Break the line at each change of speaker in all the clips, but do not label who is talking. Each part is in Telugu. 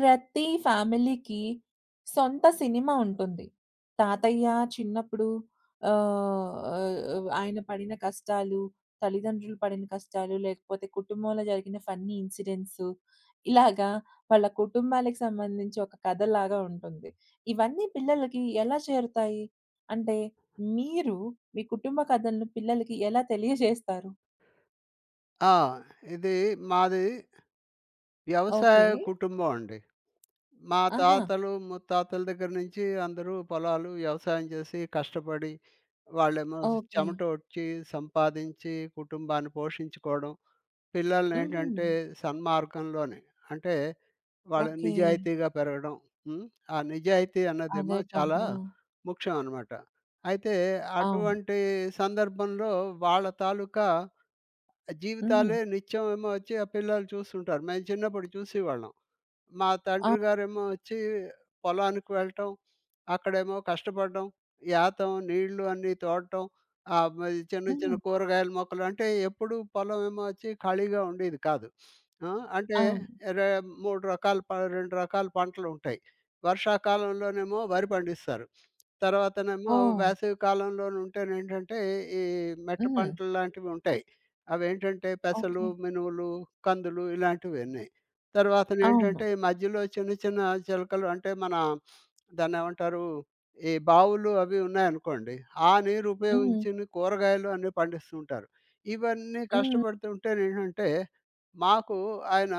ప్రతి ఫ్యామిలీకి సొంత సినిమా ఉంటుంది. తాతయ్య చిన్నప్పుడు ఆహ్, ఆహ్, ఆయన పడిన కష్టాలు, తల్లిదండ్రులు పడిన కష్టాలు, లేకపోతే కుటుంబంలో జరిగిన ఫన్నీ ఇన్సిడెంట్సు, ఇలాగా వాళ్ళ కుటుంబాలకు సంబంధించి ఒక కథలాగా ఉంటుంది. ఇవన్నీ పిల్లలకి ఎలా చేరుతాయి? అంటే మీరు మీ కుటుంబ కథలను పిల్లలకి ఎలా తెలియజేస్తారు?
ఆ! ఇది మాది వ్యవసాయ
ఓకే.
కుటుంబం అండి. మా
ఆహా!
తాతలు, ముత్తాతల దగ్గర నుంచి అందరూ పొలాలు వ్యవసాయం చేసి కష్టపడి, వాళ్ళేమో
ఓకే.
చెమటోడ్చి, సంపాదించి, కుటుంబాన్ని పోషించుకోవడం.
హుహు.
పిల్లలనేంటంటే సన్మార్గంలోనే అంటే వాళ్ళు
ఓకే.
నిజాయితీగా పెరగడం. హ్మ్. ఆ నిజాయితీ
అదే
అన్నదేమో
కదా!
చాలా ముఖ్యం అనమాట. అయితే
అవును.
అటువంటి సందర్భంలో వాళ్ళ తాలూకా
హుహు.
జీవితాలే నిత్యం ఏమో వచ్చి ఆ పిల్లలు చూస్తుంటారు. మేము చిన్నప్పుడు చూసేవాళ్ళం. మా తండ్రి
అవును.
గారేమో వచ్చి పొలానికి వెళ్ళటం, అక్కడేమో కష్టపడడం, యాతం, నీళ్ళు అన్నీ తోడటం, మరి చిన్న చిన్న
హ్మ్.
కూరగాయల మొక్కలు అంటే ఎప్పుడు పొలం ఏమో వచ్చి ఖాళీగా ఉండేది కాదు. ఆ! అంటే
అవును.
రే 3 రకాల 2 రకాల పంటలు ఉంటాయి. వర్షాకాలంలోనేమో వరి పండిస్తారు. తర్వాతనేమో
ఓహ్!
వేసవి కాలంలోనుంటేనేంటంటే ఈ మెట్ట
హ్మ్.
పంటలు లాంటివి ఉంటాయి. అవేంటంటే పెసలు,
ఓకే.
మినువులు, కందులు ఇలాంటివన్నీ.
అవును.
తర్వాతనేంటంటే, ఈ మధ్యలో చిన్న చిన్న చిలకలు అంటే, మన దాన్నేమంటారు? ఈ బావులు అవి ఉన్నాయనుకోండి. ఆ నీరు
హ్మ్.
ఉపయోగించిని కూరగాయలు అన్నీ పండిస్తూ ఉంటారు. ఇవన్నీ
హ్మ్.
కష్టపడుతుంటేనేంటంటే, మాకు ఆయన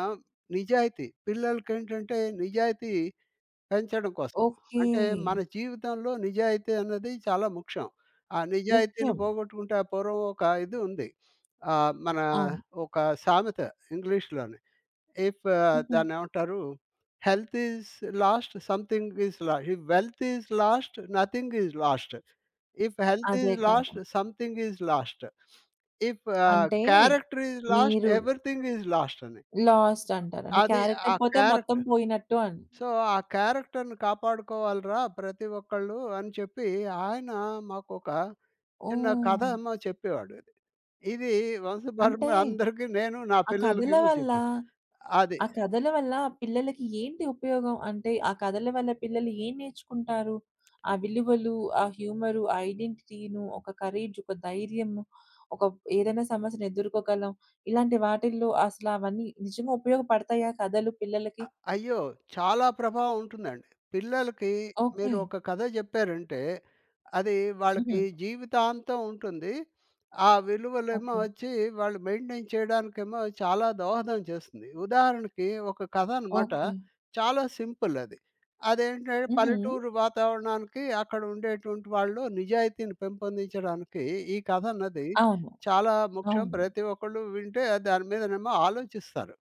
నిజాయితీ పిల్లలకేంటంటే, నిజాయితీ పెంచడం కోసం.
ఓకే.
అంటే, మన జీవితంలో నిజాయితీ అన్నది చాలా ముఖ్యం. ఆ నిజాయితీని
ముఖ్యం.
పోగొట్టుకుంటే ఆ పూర్వం ఒక ఇది ఉంది. మన
అవును.
ఒక సామెత ఇంగ్లీష్‌లోని. ఇఫ్
హుహు.
దాన్నేమంటారు? Health is lost, something is lost. If wealth is lost, nothing is lost. If health
అదే
ఈజ్
కదా!
Lost, something is lost. If
అంటే
క్యారెక్టర్ ఈజ్ లాస్ట్,
మీరు
ఎవరీథింగ్ ఈజ్ లాస్ట్ అని.
లాస్ట్ అంటారు. అంటే
అది
క్యారెక్టర్
ఆ
పోతే మొత్తం
క్యారెక్టర్.
పోయినట్టు అని.
సో, ఆ క్యారెక్టర్‌ని కాపాడుకోవాలిరా ప్రతి ఒక్కళ్ళు అని చెప్పి, ఆయన మాకొక చిన్న కథ
ఓహ్!
ఏమో చెప్పేవాడు. ఇది
అంటే
వంశపారంపర్య అందరికీ నేను, నా
ఆ కథల
పిల్లలకేమో
వల్ల
చెప్పాను. అది.
ఆ కథల వల్ల ఆ పిల్లలకి ఏంటి ఉపయోగం? అంటే ఆ కథల వల్ల పిల్లలు ఏం నేర్చుకుంటారు? ఆ విలువలు, ఆ హ్యూమరు, ఆ ఐడెంటిటీను, ఒక కరేజ్, ఒక ధైర్యము, ఒక ఏదైనా సమస్యను ఎదుర్కోగలం. ఇలాంటి వాటిల్లో అసలు అవన్నీ నిజంగా ఉపయోగపడతాయా కథలు పిల్లలకి?
అయ్యో! చాలా ప్రభావం ఉంటుందండి. పిల్లలకి
ఓకే.
మీరు ఒక కథ జెప్పారంటే, అది
హుహు.
వాళ్ళకి జీవితాంతం ఉంటుంది. ఆ విలువలేమో
ఓకే.
వచ్చి వాళ్ళు మెయింటైన్ చేయడానికేమో చాలా దోహదం చేస్తుంది. ఉదాహరణకి ఒక కథ అనమాట.
ఓకే.
చాలా సింపుల్ అది. అదేంటంటే
హుహు.
పల్లెటూరు వాతావరణానికి అక్కడ ఉండేటువంటి వాళ్ళు నిజాయితీని పెంపొందించడానికి ఈ కథ అన్నది
అవును.
చాలా ముఖ్యం.
అవును.
ప్రతి ఒక్కళ్ళు వింటే దాని మీదనేమో ఆలోచిస్తారు.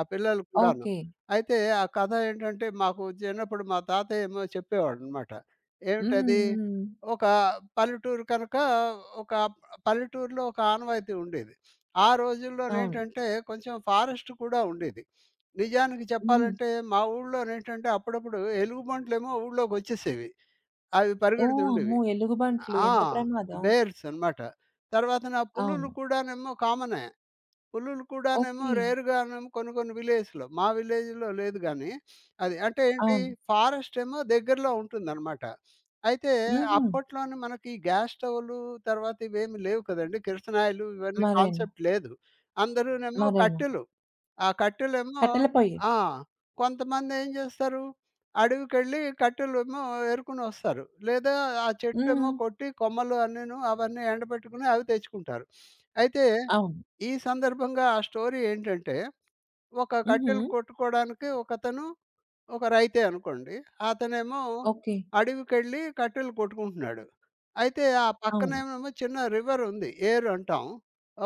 ఆ పిల్లలు కూడాను.
ఓకే.
అయితే ఆ కథ ఏంటంటే, మాకు చిన్నప్పుడు మా తాతయ్య ఏమో చెప్పేవాడనమాట.
హ్మ్.
ఏమిటది?
హ్మ్.
ఒక పల్లెటూరు కనుక ఒక పల్లెటూరులో ఒక ఆనవాయితీ ఉండేది. ఆ
అవును.
రోజుల్లోనేంటంటే, కొంచెం ఫారెస్ట్ కూడా ఉండేది. నిజానికి
హ్మ్.
చెప్పాలంటే, మా ఊళ్ళోనేంటంటే, అప్పుడప్పుడు ఎలుగుబంట్లేమో ఊళ్ళోకొచ్చేసేవి. అవి
ఓహ్!
పరిగెడుతుండేవి.
అమ్మో! ఎలుగుబంట్లు
ఆ!
ఎంత ప్రమాదం.
బేర్స్ అనమాట. తర్వాతన పులులు
అవును.
కూడానేమో కామనే. పులులు కూడానేమో
ఓకే.
రేర్‌గానేమో కొన్ని కొన్ని విలేజ్‌లో, మా విలేజ్‌లో లేదు గానీ, అది. అంటే ఏంటి,
అవును.
ఫారెస్ట్ ఏమో దగ్గరలో ఉంటుందనమాట. అయితే
హుహు.
అప్పట్లోనే మనకి ఈ గ్యాస్ స్టవ్‌లు తర్వాత ఇవేమి లేవు కదండీ. కిరసనాయిలు ఇవన్నీ
మరేను.
కాన్సెప్ట్ లేదు. అందరూనేమో
మరేను.
కట్టెలు. ఆ కట్టెలేమో
కట్టెల పొయ్యి.
ఆ! కొంతమందేం జేస్తారు, అడవికెళ్ళి కట్టెలేమో ఏరుకొనొస్తారు. లేదా ఆ
హ్మ్.
చెట్టేమో కొట్టి కొమ్మలు అన్నీను అవన్నీ ఎండబెట్టుకొని అవి తెచ్చుకుంటారు. అయితే
అవును.
ఈ సందర్భంగా ఆ స్టోరీ ఏంటంటే, ఒక
హుహు.
కట్టెలు కొట్టుకోవడానికి ఒకతను, ఒక రైతే అనుకోండి. అతనేమో
ఓకే.
అడవికెళ్ళి కట్టెలు కొట్టుకుంటున్నాడు. అయితే ఆ
అవును.
పక్కనేమో చిన్న రివర్ ఉంది. ఏరు అంటాం.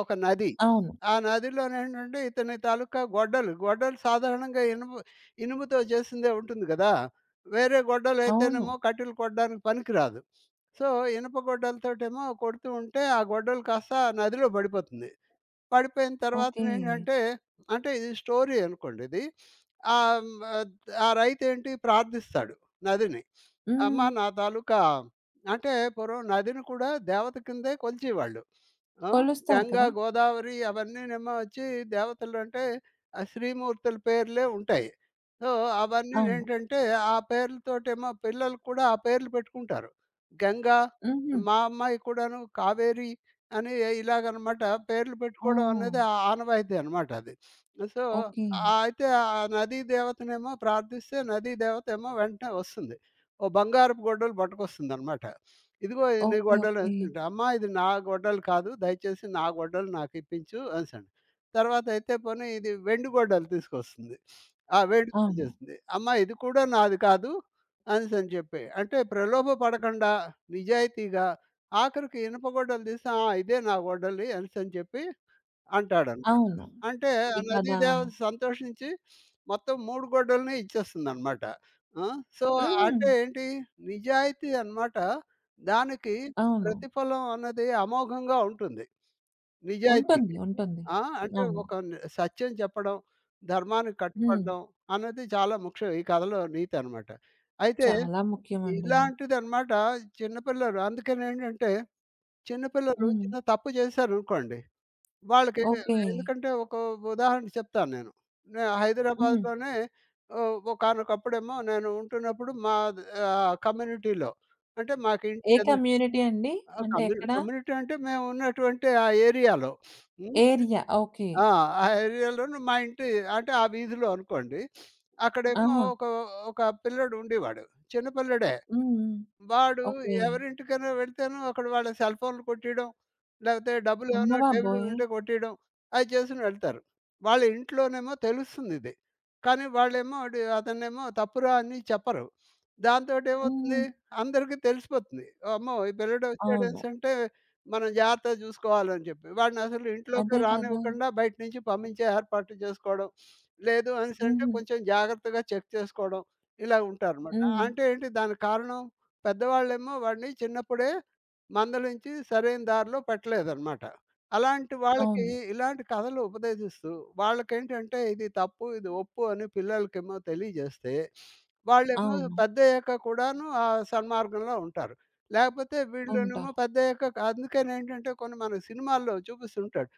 ఒక నది.
అవును.
ఆ నదిలోనేంటంటే ఇతని తాలూకా గొడ్డలు, గొడ్డలు సాధారణంగా ఇనుముతో చేసిందే ఉంటుంది గదా! వేరే
అవును.
గొడ్డలైతేనేమో కట్టెలు కొట్టడానికి పనికిరాదు. సో, ఇనుప గొడ్డలతోటేమో కొడుతూ ఉంటే ఆ గొడ్డలు కాస్త ఆ నదిలో పడిపోతుంది. పడిపోయిన
ఓకే.
తర్వాతనేంటంటే అంటే ఇది స్టోరీ అనుకోండి ఇది. ఆహ్, హ్మ్, ఆహ్, ఆ రైతేంటి ప్రార్థిస్తాడు నదిని.
హ్మ్.
అమ్మ నా తాలూకా అంటే పూర్వం నదిని కూడా దేవత కిందే కొలిచేవాళ్ళు. ఆ!
కొలుస్తారు
గంగా,
కదా!
గోదావరి అవన్నీనేమో వచ్చి దేవతలంటే ఆ శ్రీమూర్తుల పేర్లే ఉంటాయి. సో,
అవును.
అవన్నీనేంటంటే ఆ పేర్లతోటేమో పిల్లలు కూడా ఆ పేర్లు పెట్టుకుంటారు. గంగా,
హుహు.
మా అమ్మాయి కూడాను కావేరి అని ఇలాగనమాట పేర్లు పెట్టుకోవడం
ఓహ్!
అనేది ఆ ఆనవాయితీ అనమాట అది. So,
okay.
అయితే ఆ నదీ దేవతనేమో ప్రార్థిస్తే నదీ దేవతేమో వెంటనే వస్తుంది. ఓ బంగారపు గొడ్డలు పట్టుకొస్తుందనమాట. ఇదిగో ఇది నీ
ఓకే.
గొడ్డలు
ఓకే.
అనేసంటే, అమ్మా ఇది నా గొడ్డలు కాదు దయచేసి నా గొడ్డలు నాకు ఇప్పించు అనేసండి. తర్వాత అయితే పోనీ ఇది వెండి గొడ్డలు తీసుకొస్తుంది. ఆ! వెండి
అవును.
తెచ్చేస్తుంది. అమ్మా ఇది కూడా నాది కాదు అనేసని చెప్పి. అంటే ప్రలోభ పడకుండా నిజాయితీగా ఆఖరికి ఇనుప గొడ్డలు తీసి, ఆ! ఇదే నా గొడ్డలి అనేసని చెప్పి అంటాడనమాట.
అవును.
అంటే ఆ
ఈ కథ
నదీ
అవును.
దేవత సంతోషించి మొత్తం 3 గొడ్డల్ని ఇచ్చేస్తుందనమాట. ఆ! సో,
హ్మ్.
అంటే ఏంటి నిజాయితీ అనమాట దానికి
అవును.
ప్రతిఫలం అన్నది అమోఘంగా ఉంటుంది.
ఉంటుంది.
నిజాయితీకి.
ఉంటుంది.
ఆ! అంటే
అవును.
ఒక న్ సత్యం చెప్పడం, ధర్మానికి
హ్మ్.
కట్టుబడడం అన్నది చాలా ముఖ్యం ఈ కథలో నీతనమాట. అయితే
చాలా ముఖ్యమండిను.
ఇలాంటిదనమాట చిన్న పిల్లలు అందుకనేంటంటే చిన్న పిల్లలు
హ్మ్.
చిన్న తప్పు చేశారనుకోండి వాళ్ళకి
ఓకే.
ఎందుకంటే ఒక ఉదాహరణ చెప్తాను నేను.
హ్మ్.
హైదరాబాద్‌లోనే ఒకానొకప్పుడేమో నేను ఉంటున్నప్పుడు మా ద కమ్యూనిటీలో అంటే మాకు
ఏ
ఇంటికి ఎదు
కమ్యూనిటీ అండి?
ఆ!
అంటే ఎక్కడ?
కమ్యూనిటీ అంటే మేము ఉన్నటువంటి ఆ ఏరియాలో. హ్మ్.
ఏరియా. ఓకే.
ఆ! ఆ ఏరియాలోను మా ఇంటి అంటే ఆ వీధిలో అనుకోండి. అక్కడేమో
ఆహా!
ఒక ఒక పిల్లోడు ఉండేవాడు. చిన్న పిల్లోడే.
హ్మ్. హ్మ్.
వాడు
ఓకే.
ఎవరింటికైనా వెళ్తేను అక్కడ వాళ్ళ సెల్ ఫోన్‌లు కొట్టేయడం, లేకపోతే డబ్బులు
అమ్మ
ఏమైనా టేబుల్
బాబోయ్!
ఉంటే కొట్టేయడం అయి చేసుకొని వెళ్తారు. వాళ్ళ ఇంట్లోనేమో తెలుస్తుందిది. కానీ వాళ్ళేమో అతన్నేమో తప్పురా అని చెప్పరు. దాంతోటేమవుతుంది
హ్మ్.
అందరికీ తెలిసిపోతుంది. అమ్మో! ఈ పిల్లోడు
అవును.
వచ్చాడనేసంటే మనం జాగ్రత్తగా చూసుకోవాలని చెప్పి. వాడిని అసలు ఇంట్లోకి
అదే కదా!
రానివ్వకుండా బయట నుంచి పంపించే ఏర్పాట్లు చేసుకోవడం. లేదు అనేసంటే
హుహు.
కొంచెం జాగ్రత్తగా చెక్ చేసుకోవడం ఇలా ఉంటారనమాట.
హ్మ్.
అంటే ఏంటి దానికి కారణం? పెద్దవాళ్ళేమో వాడిని చిన్నప్పుడే మందలించి సరైన దారిలో పెట్టలేదనమాట. అలాంటి హ్మ్. వాళ్ళకి
అవును.
ఇలాంటి కథలు ఉపదేశిస్తూ వాళ్ళకేంటంటే ఇది తప్పు, ఇది ఒప్పు అని పిల్లలకేమో తెలియజేస్తే, వాళ్ళేమో
అవును.
పెద్దయ్యాక కూడాను ఆ సన్మార్గంలో ఉంటారు. లేకపోతే వీళ్ళనేమో
ఉంటారు.
పెద్దయ్యాక క అందుకేనేంటంటే కొన్ని మన సినిమాల్లో చూపిస్తుంటాడు.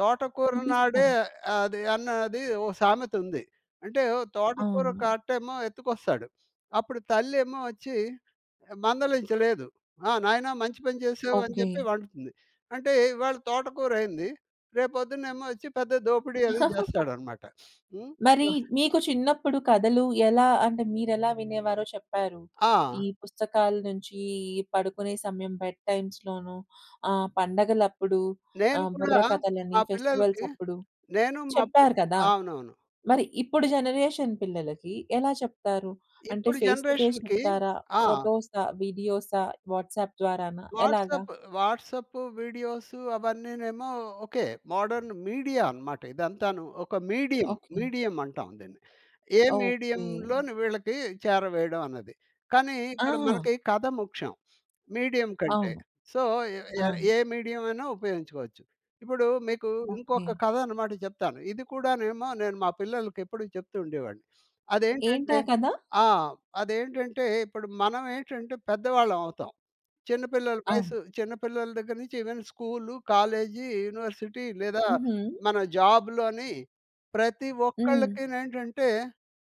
తోటకూర నాడే
చూపిస్తారు.
అది అన్నది ఓ సామెతుంది. అంటే ఓ తోటకూర
అవును.
కట్టేమో ఎత్తుకొస్తాడు. అప్పుడు తల్లేమో వచ్చి మందలించలేదు. ఆ! నాయనా మంచి పని చేసావు అని
ఓకే.
చెప్పి వండుతుంది. అంటే ఇవాళ తోటకూర అయింది. రేపొద్దునేమో వచ్చి పెద్ద దోపిడీ
మరి
అది చేస్తాడనమాట. హ్మ్.
మీకు చిన్నప్పుడు కథలు ఎలా అంటే మీరెలా వినేవారో చెప్పారు. ఈ
ఆ!
పుస్తకాల నుంచి పడుకునే సమయం బెడ్ టైమ్స్‌లోను పండగలప్పుడు
నేను కూడా
బుర్ర కథలని,
మా
ఫెస్టివల్స్
పిల్లలకి
అప్పుడు
నేను మా పి
చెప్పారు కదా!
అవునవును.
మరి ఇప్పుడు జనరేషన్ పిల్లలకి ఎలా చెప్తారు? అంటే
ఇప్పుడు
ఫేస్ టు ఫేస్
జనరేషన్‌కి
చెప్తారా?
ఆ!
ఫోటోసా? వీడియోసా? వాట్సాప్ ద్వారానా? ఎలాగా?
వాట్సాప్, వాట్సాప్ వీడియోసు అవన్నీనేమో ఓకే. మోడర్న్ మీడియా అనమాట ఇదంతాను. ఒక మీడియం,
ఓకే.
మీడియం అంటాం దీన్ని. ఏ
ఓకే.
మీడియంలోని వీళ్ళకి చేరవేయడం అన్నది. కానీ ఇక్కడ
ఆహా!
మనకి కథ ముఖ్యం. మీడియం కంటే.
అవును.
సో, ఎ ఎ
అవును.
ఏ మీడియం అయినా ఉపయోగించుకోవచ్చు. ఇప్పుడు మీకు
ఓకే.
ఇంకొక కథ అనమాట చెప్తాను. ఇది కూడానేమో నేను మా పిల్లలకెప్పుడూ చెప్తూ ఉండేవాడిని. అదేంటంటే
ఏంటా కదా?
ఆ! అదేంటంటే ఇప్పుడు మనమేంటంటే పెద్దవాళ్ళం అవుతాం.
అవును.
చిన్న పిల్లల దగ్గర నుంచి ఈవెన్ స్కూలు, కాలేజీ, యూనివర్సిటీ లేదా
హుహు.
మన జాబ్‌లోని ప్రతి
హ్మ్.
ఒక్కళ్ళకినేంటంటే,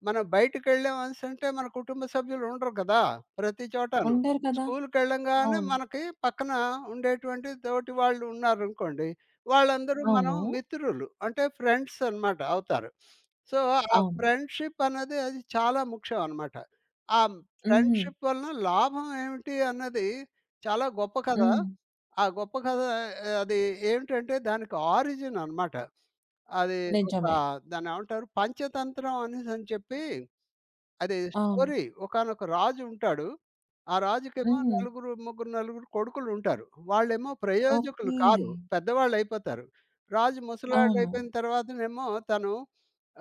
మనం బయటికెళ్ళామనేసంటే మన కుటుంబ సభ్యులు ఉండరు కదా! ప్రతి చోటాను. అవును.
ఉండరు కదా!
స్కూలుకెళ్ళంగానే
అవును.
మనకి పక్కన ఉండేటువంటి తోటి వాళ్ళు ఉన్నారనుకోండి, వాళ్ళందరూ మనం
అవును.
మిత్రులు. అంటే ఫ్రెండ్స్ అనమాట అవుతారు. సో, ఆ
అవును.
ఫ్రెండ్‌షిప్ అన్నది అది చాలా ముఖ్యం అనమాట. ఆ
హుహు.
ఫ్రెండ్‌షిప్ వలన లాభం ఏమిటి అన్నది చాలా గొప్ప కథ.
హ్మ్.
ఆ గొప్ప కథ ఆ, అది ఏంటంటే దానికి ఆరిజిన్ అన్నమాట. అది ఒక
నిజమే.
దాన్నేమంటారు పంచతంత్రం అనేసని చెప్పి అది
అవును.
స్టోరీ. ఒకానొక రాజు ఉంటాడు. ఆ రాజుకేమో
హుహు.
నలుగురు కొడుకులుంటారు. వాళ్ళేమో ప్రయోజకులు
ఓకే.
కారు. పెద్దవాళ్ళయిపోతారు. రాజు
అవును.
ముసలాళ్ళయిపోయిన తర్వాతనేమో తను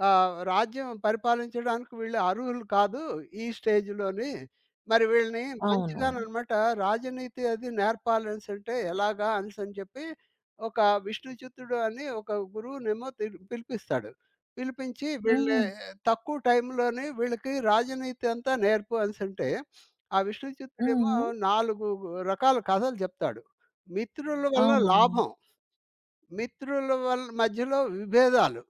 రాజ్యం పరిపాలించడానికి వీళ్ళు అర్హులు కాదు ఈ స్టేజ్‌లోని. మరి వీళ్ళని
అవును.
మంచిగాననమాట రాజనీతి అది నేర్పాలనేసంటే ఎలాగా అనేసని చెప్పి ఒక విష్ణుచిత్తుడు అని ఒక గురువునేమో పిలిపిస్తాడు. పిలిపించి
హుహు.
వీళ్ళని తక్కువ టైంలోనే వీళ్ళకి రాజనీతి అంతా నేర్పు అనేసంటే, ఆ విష్ణుచిత్తుడేమో
హ్మ్.
4 రకాల కథలు చెప్తాడు. మిత్రుల వల్ల
అవునా?
లాభం, మిత్రుల వల్ల మధ్యలో విభేదాలు.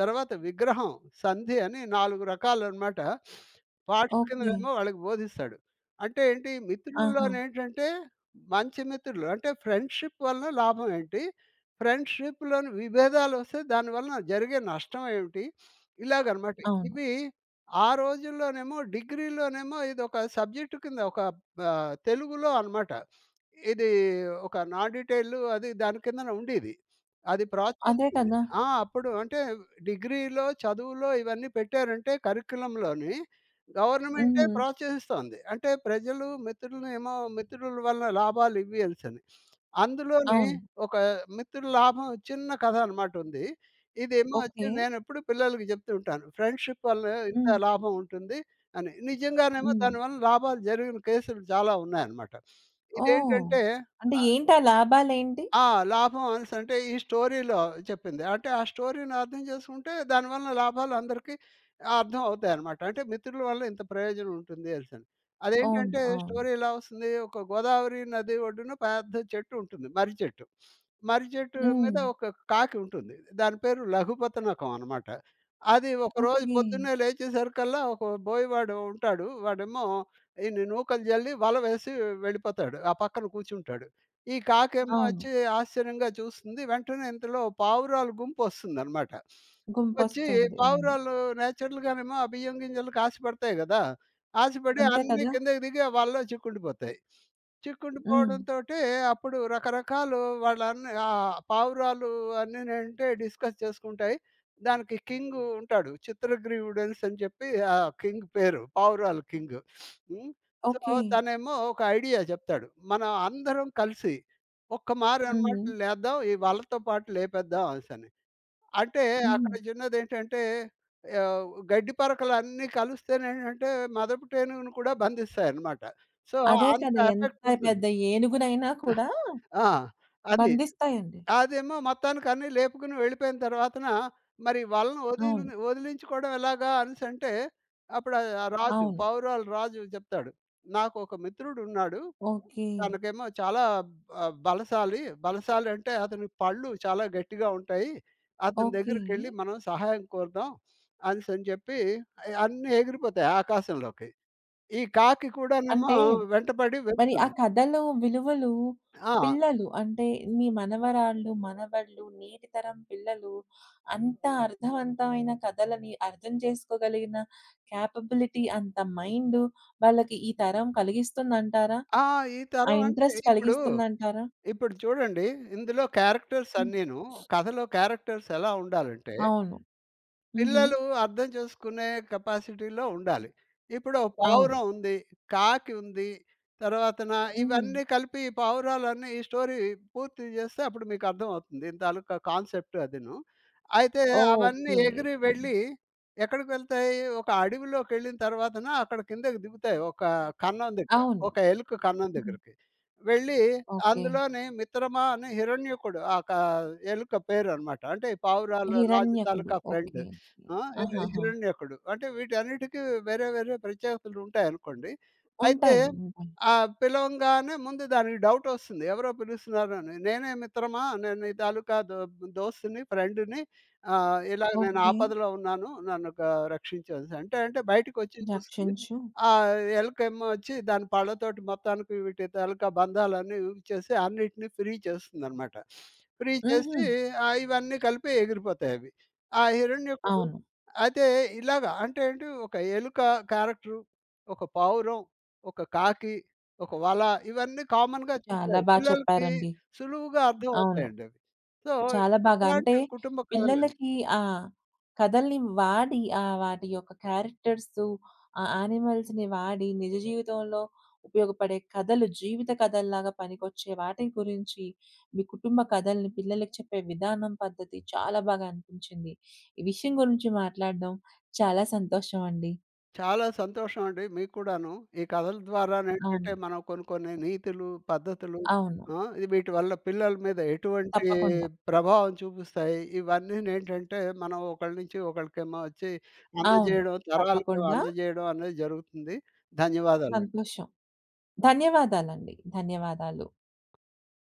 తర్వాత విగ్రహం, సంధి అని 4 రకాలనమాట. Parts
okay.
కిందనేమో వాళ్ళకి బోధిస్తాడు. అంటే ఏంటి,
ఆహా!
మిత్రుల్లోనేంటంటే మంచి మిత్రులు అంటే ఫ్రెండ్‌షిప్ వలన లాభం ఏంటి? ఫ్రెండ్‌షిప్‌లోని విభేదాలొస్తే దాని వలన జరిగే నష్టం ఏమిటి? ఇలాగనమాట.
అవును.
ఇవి ఆ రోజుల్లోనేమో డిగ్రీలోనేమో ఇదొక సబ్జెక్ట్ కింద ఒక తెలుగులో అనమాట. ఇది ఒక నాన్ డీటెయిల్ అది దాని కిందన ఉండేది. అది ప్రాచుర్యం
అదే కదా!
ఆ! అప్పుడు అంటే డిగ్రీలో, చదువులో ఇవన్నీ పెట్టారంటే కరిక్యులంలోని హుహు. గవర్నమెంటే
హ్మ్.
ప్రోత్సహిస్తోంది. అంటే ప్రజలు మిత్రులను ఏమో మిత్రుల వల్ల లాభాలు ఇవి అనేసని. అందులోని
అవును.
ఒక మిత్రుల లాభం చిన్న కథ అనమాట ఉంది. ఇదేమో వచ్చి
ఓకే.
నేనెప్పుడు పిల్లలకి చెప్తూ ఉంటాను. ఫ్రెండ్‌షిప్ వల్ల ఇంత
హ్మ్.
లాభం ఉంటుంది అని. హ్మ్. నిజంగానేమో
హ్మ్.
దానివల్ల లాభాలు జరిగిన కేసులు చాలా ఉన్నాయన్నమాట.
ఓహ్!
ఇదేంటంటే
అంటే ఏంటి ఆ లాభాలేంటి?
ఆ! లాభం అనేసంటే ఈ స్టోరీలో చెప్పింది. అంటే ఆ స్టోరీని అర్థం చేసుకుంటే దానివల్ల లాభాలు అందరికీ అర్థం అవుతాయనమాట. అంటే మిత్రుల వల్ల ఇంత ప్రయోజనం ఉంటుంది అనేసని.
అవును.
అదేంటంటే హుహు.
అవును.
స్టోరీ ఎలా వస్తుంది ఒక గోదావరి నది ఒడ్డున పెద్ద చెట్టు ఉంటుంది. మర్రి చెట్టు. మర్రి చెట్టు
హ్మ్.
మీద ఒక కాకి ఉంటుంది. దాని పేరు లఘుపతనకం అనమాట. అది ఒకరోజు
ఓకే.
పొద్దున్నే లేచేసరికల్లా ఒక బోయవాడు ఉంటాడు. వాడేమో ఇన్ని నూకలు జల్లి వల వేసి వెళ్ళిపోతాడు. ఆ పక్కన కూర్చుంటాడు. ఈ కాకేమో
అవును.
వచ్చి ఆశ్చర్యంగా చూస్తుంది. వెంటనే ఇంతలో పావురాల గుంపొస్తుందనమాట. వచ్చి
గుంపొస్తుంది. అవును.
పావురాలు నేచురల్‌గానేమో ఆ బియ్యం గింజలకి ఆశపడతాయి గదా! ఆశపడి
అంతే
అన్నీ
కదా!
కిందకి దిగి ఆ వలలో చిక్కుండిపోతాయి.
హ్మ్.
చిక్కుండిపోవడంతోటి అప్పుడు రకరకాలు వాళ్ళన్నీ పావురాలు అన్నీనంటే డిస్కస్ చేసుకుంటాయి. దానికి కింగ్ ఉంటాడు. చిత్రగ్రీవుడనేసి అని చెప్పి ఆ కింగ్ పేరు. పావురాల కింగ్. హ్మ్. So,
okay.
తనేమో ఒక ఐడియా చెప్తాడు. మనం అందరం కలిసి ఒక్క
హుహు.
మారనమాట లేద్దాం. ఈ వలతో పాటు లేపేద్దాం అనేసని. అంటే
హుహు.
అక్కడ చిన్నదేంటంటే ఆహ్, గడ్డి పరకలన్నీ కలుస్తేనేంటంటే మదపు టేనుగుని కూడా బంధిస్తాయన్నమాట. సో,
అదే
అంత
కదా! ఎంత
ఎఫెక్ట్ ఉంటుంది.
పెద్ద ఏనుగునైనా కూడా
ఆ! అది.
బంధిస్తాయండి.
అదేమో మొత్తానికి అన్నీ లేపుకుని వెళ్ళిపోయిన తర్వాతన మరి వలను
అవును.
వదిలించుకోవడం ఎలాగా అనేసంటే అప్పుడు
అవును.
పావురాల రాజు చెప్తాడు. నాకొక మిత్రుడున్నాడు.
ఓకే.
తనకేమో చాలా బలశాలి. బలశాలి అంటే అతని పళ్ళు చాలా గట్టిగా ఉంటాయి. అతని
ఓకే.
దగ్గరికెళ్ళి మనం సహాయం కోరుదాం అనేసని చెప్పి అన్నీ ఎగిరిపోతాయి ఆకాశంలోకి. ఈ కాకి కూడానేమో
అంటే
వెంటపడి
మరి ఆ
వెళ్తుంది.
కథలో విలువలు
ఆ!
పిల్లలు అంటే మీ మనవరాళ్ళు, మనవళ్ళు నేటి తరం పిల్లలు అంత అర్థవంతమైన కథలని అర్థం చేసుకోగలిగిన కేపబిలిటీ అంత మైండ్ వాళ్ళకి ఈ తరం కలిగిస్తుందంటారా?
ఆ! ఈ
ఆ
తరం అంటే
ఇంట్రెస్ట్
ఇప్పుడు,
కలిగిస్తుందంటారా?
ఇప్పుడు చూడండి ఇందులో క్యారెక్టర్స్
హ్మ్.
అన్నీను, కథలో క్యారెక్టర్స్ ఎలా ఉండాలంటే
అవును. హుహు.
పిల్లలు అర్థం చేసుకునే కెపాసిటీలో ఉండాలి. ఇప్పుడు ఓ
అవును.
పావురం ఉంది, కాకి ఉంది, తర్వాతన
హుహు.
ఇవన్నీ కలిపి ఈ పావురాలన్నీ ఈ స్టోరీ పూర్తి చేస్తే అప్పుడు మీకు అర్థమవుతుంది. దీని తాలూకా కాన్సెప్ట్ అదీను. అయితే అవన్నీ
ఓకే. ఓకే.
ఎగిరి వెళ్ళి ఎక్కడికి వెళ్తాయి? ఒక అడవిలోకెళ్ళిన తర్వాతన అక్కడ కిందకి దిగుతాయి.
అవును.
ఒక ఎలుక కన్నం
హ్మ్.
దగ్గరికి. వెళ్ళి
ఓకే.
అందులోని మిత్రమా అని హిరణ్యకుడు ఆ క ఎలుక పేరనమాట. అంటే ఈ పావురాల రాజు
'హిరణ్యకుడు.'
తాలూకా ఫ్రెండ్.
ఓకే. ఓకే.
ఆ!
ఆహాహా!
హిరణ్యకుడు. అంటే వీటన్నిటికి వేరే వేరే ప్రత్యేకతలు ఉంటాయనుకోండి. అయితే
ఉంటాయి. ఉంటాయి.
పిలవంగానే ముందు దానికి డౌటొస్తుంది. ఎవరో పిలుస్తున్నారని. నేనే మిత్రమా? నేను నీ తాలూకా దో దోస్తుని, ఫ్రెండ్‌ని ఇలాగ నేను
ఓకే.
ఆపదలో ఉన్నాను. నన్ను గా రక్షించు అనేసి. అంటే అంటే బయటికొచ్చి చూస్తుంది.
రక్షించు.
ఆ ఎలుకేమో వచ్చి దాని పళ్ళతోటి మొత్తానికి వీటి తాలూకా బంధాలన్నీ విరిచేసి అన్నిటిని ఫ్రీ చేస్తుందనమాట. ఫ్రీ
హుహు.
చేసి ఇవన్నీ కలిపి ఎగిరిపోతాయవి. ఆ హిరణ్యకుడు
అవును.
అయితే ఇలాగ అంటే ఏంటి ఒక ఎలుక క్యారెక్టరు, ఒక పావురం, ఒక కాకి, ఒక వల ఇవన్నీ కామన్‌గా
చాలా
చూసారు.
బా
పిల్లలకి
చెప్పారండి.
సులువుగా అర్థం
అవును.
అవుతాయండి అవి. సో,
చాలా బాగా అంటే
ఇలాంటి కుటుంబ కథలు
పిల్లలకి ఆ కథల్ని వాడి వాటి యొక్క క్యారెక్టర్సు ఆ యానిమల్స్‌ని వాడి నిజ జీవితంలో ఉపయోగపడే కథలు, జీవిత కథల్లాగా పనికొచ్చే వాటి గురించి మీ కుటుంబ కథల్ని పిల్లలకి చెప్పే విధానం, పద్ధతి చాలా బాగా అనిపించింది. ఈ విషయం గురించి మాట్లాడడం చాలా సంతోషం అండి.
చాలా సంతోషం అండి మీకు కూడాను. ఈ కథల ద్వారానేంటంటే
అవును.
మనం కొన్ని కొన్ని నీతులు, పద్ధతులు
అవును.
ఆ! ఇది వీటి వల్ల పిల్లల మీద ఎటువంటి
తప్పకుండా.
ప్రభావం చూపిస్తాయి. ఇవన్నీనేంటంటే మనం ఒకళ్ళ నుంచి ఒకళ్ళకేమో వచ్చి
అవును.
అందజేయడం, తరాలకేమో
తప్పకుండా
అందజేయడం అనేది జరుగుతుంది. ధన్యవాదాలండి.
సంతోషం. ధన్యవాదాలండి. ధన్యవాదాలు.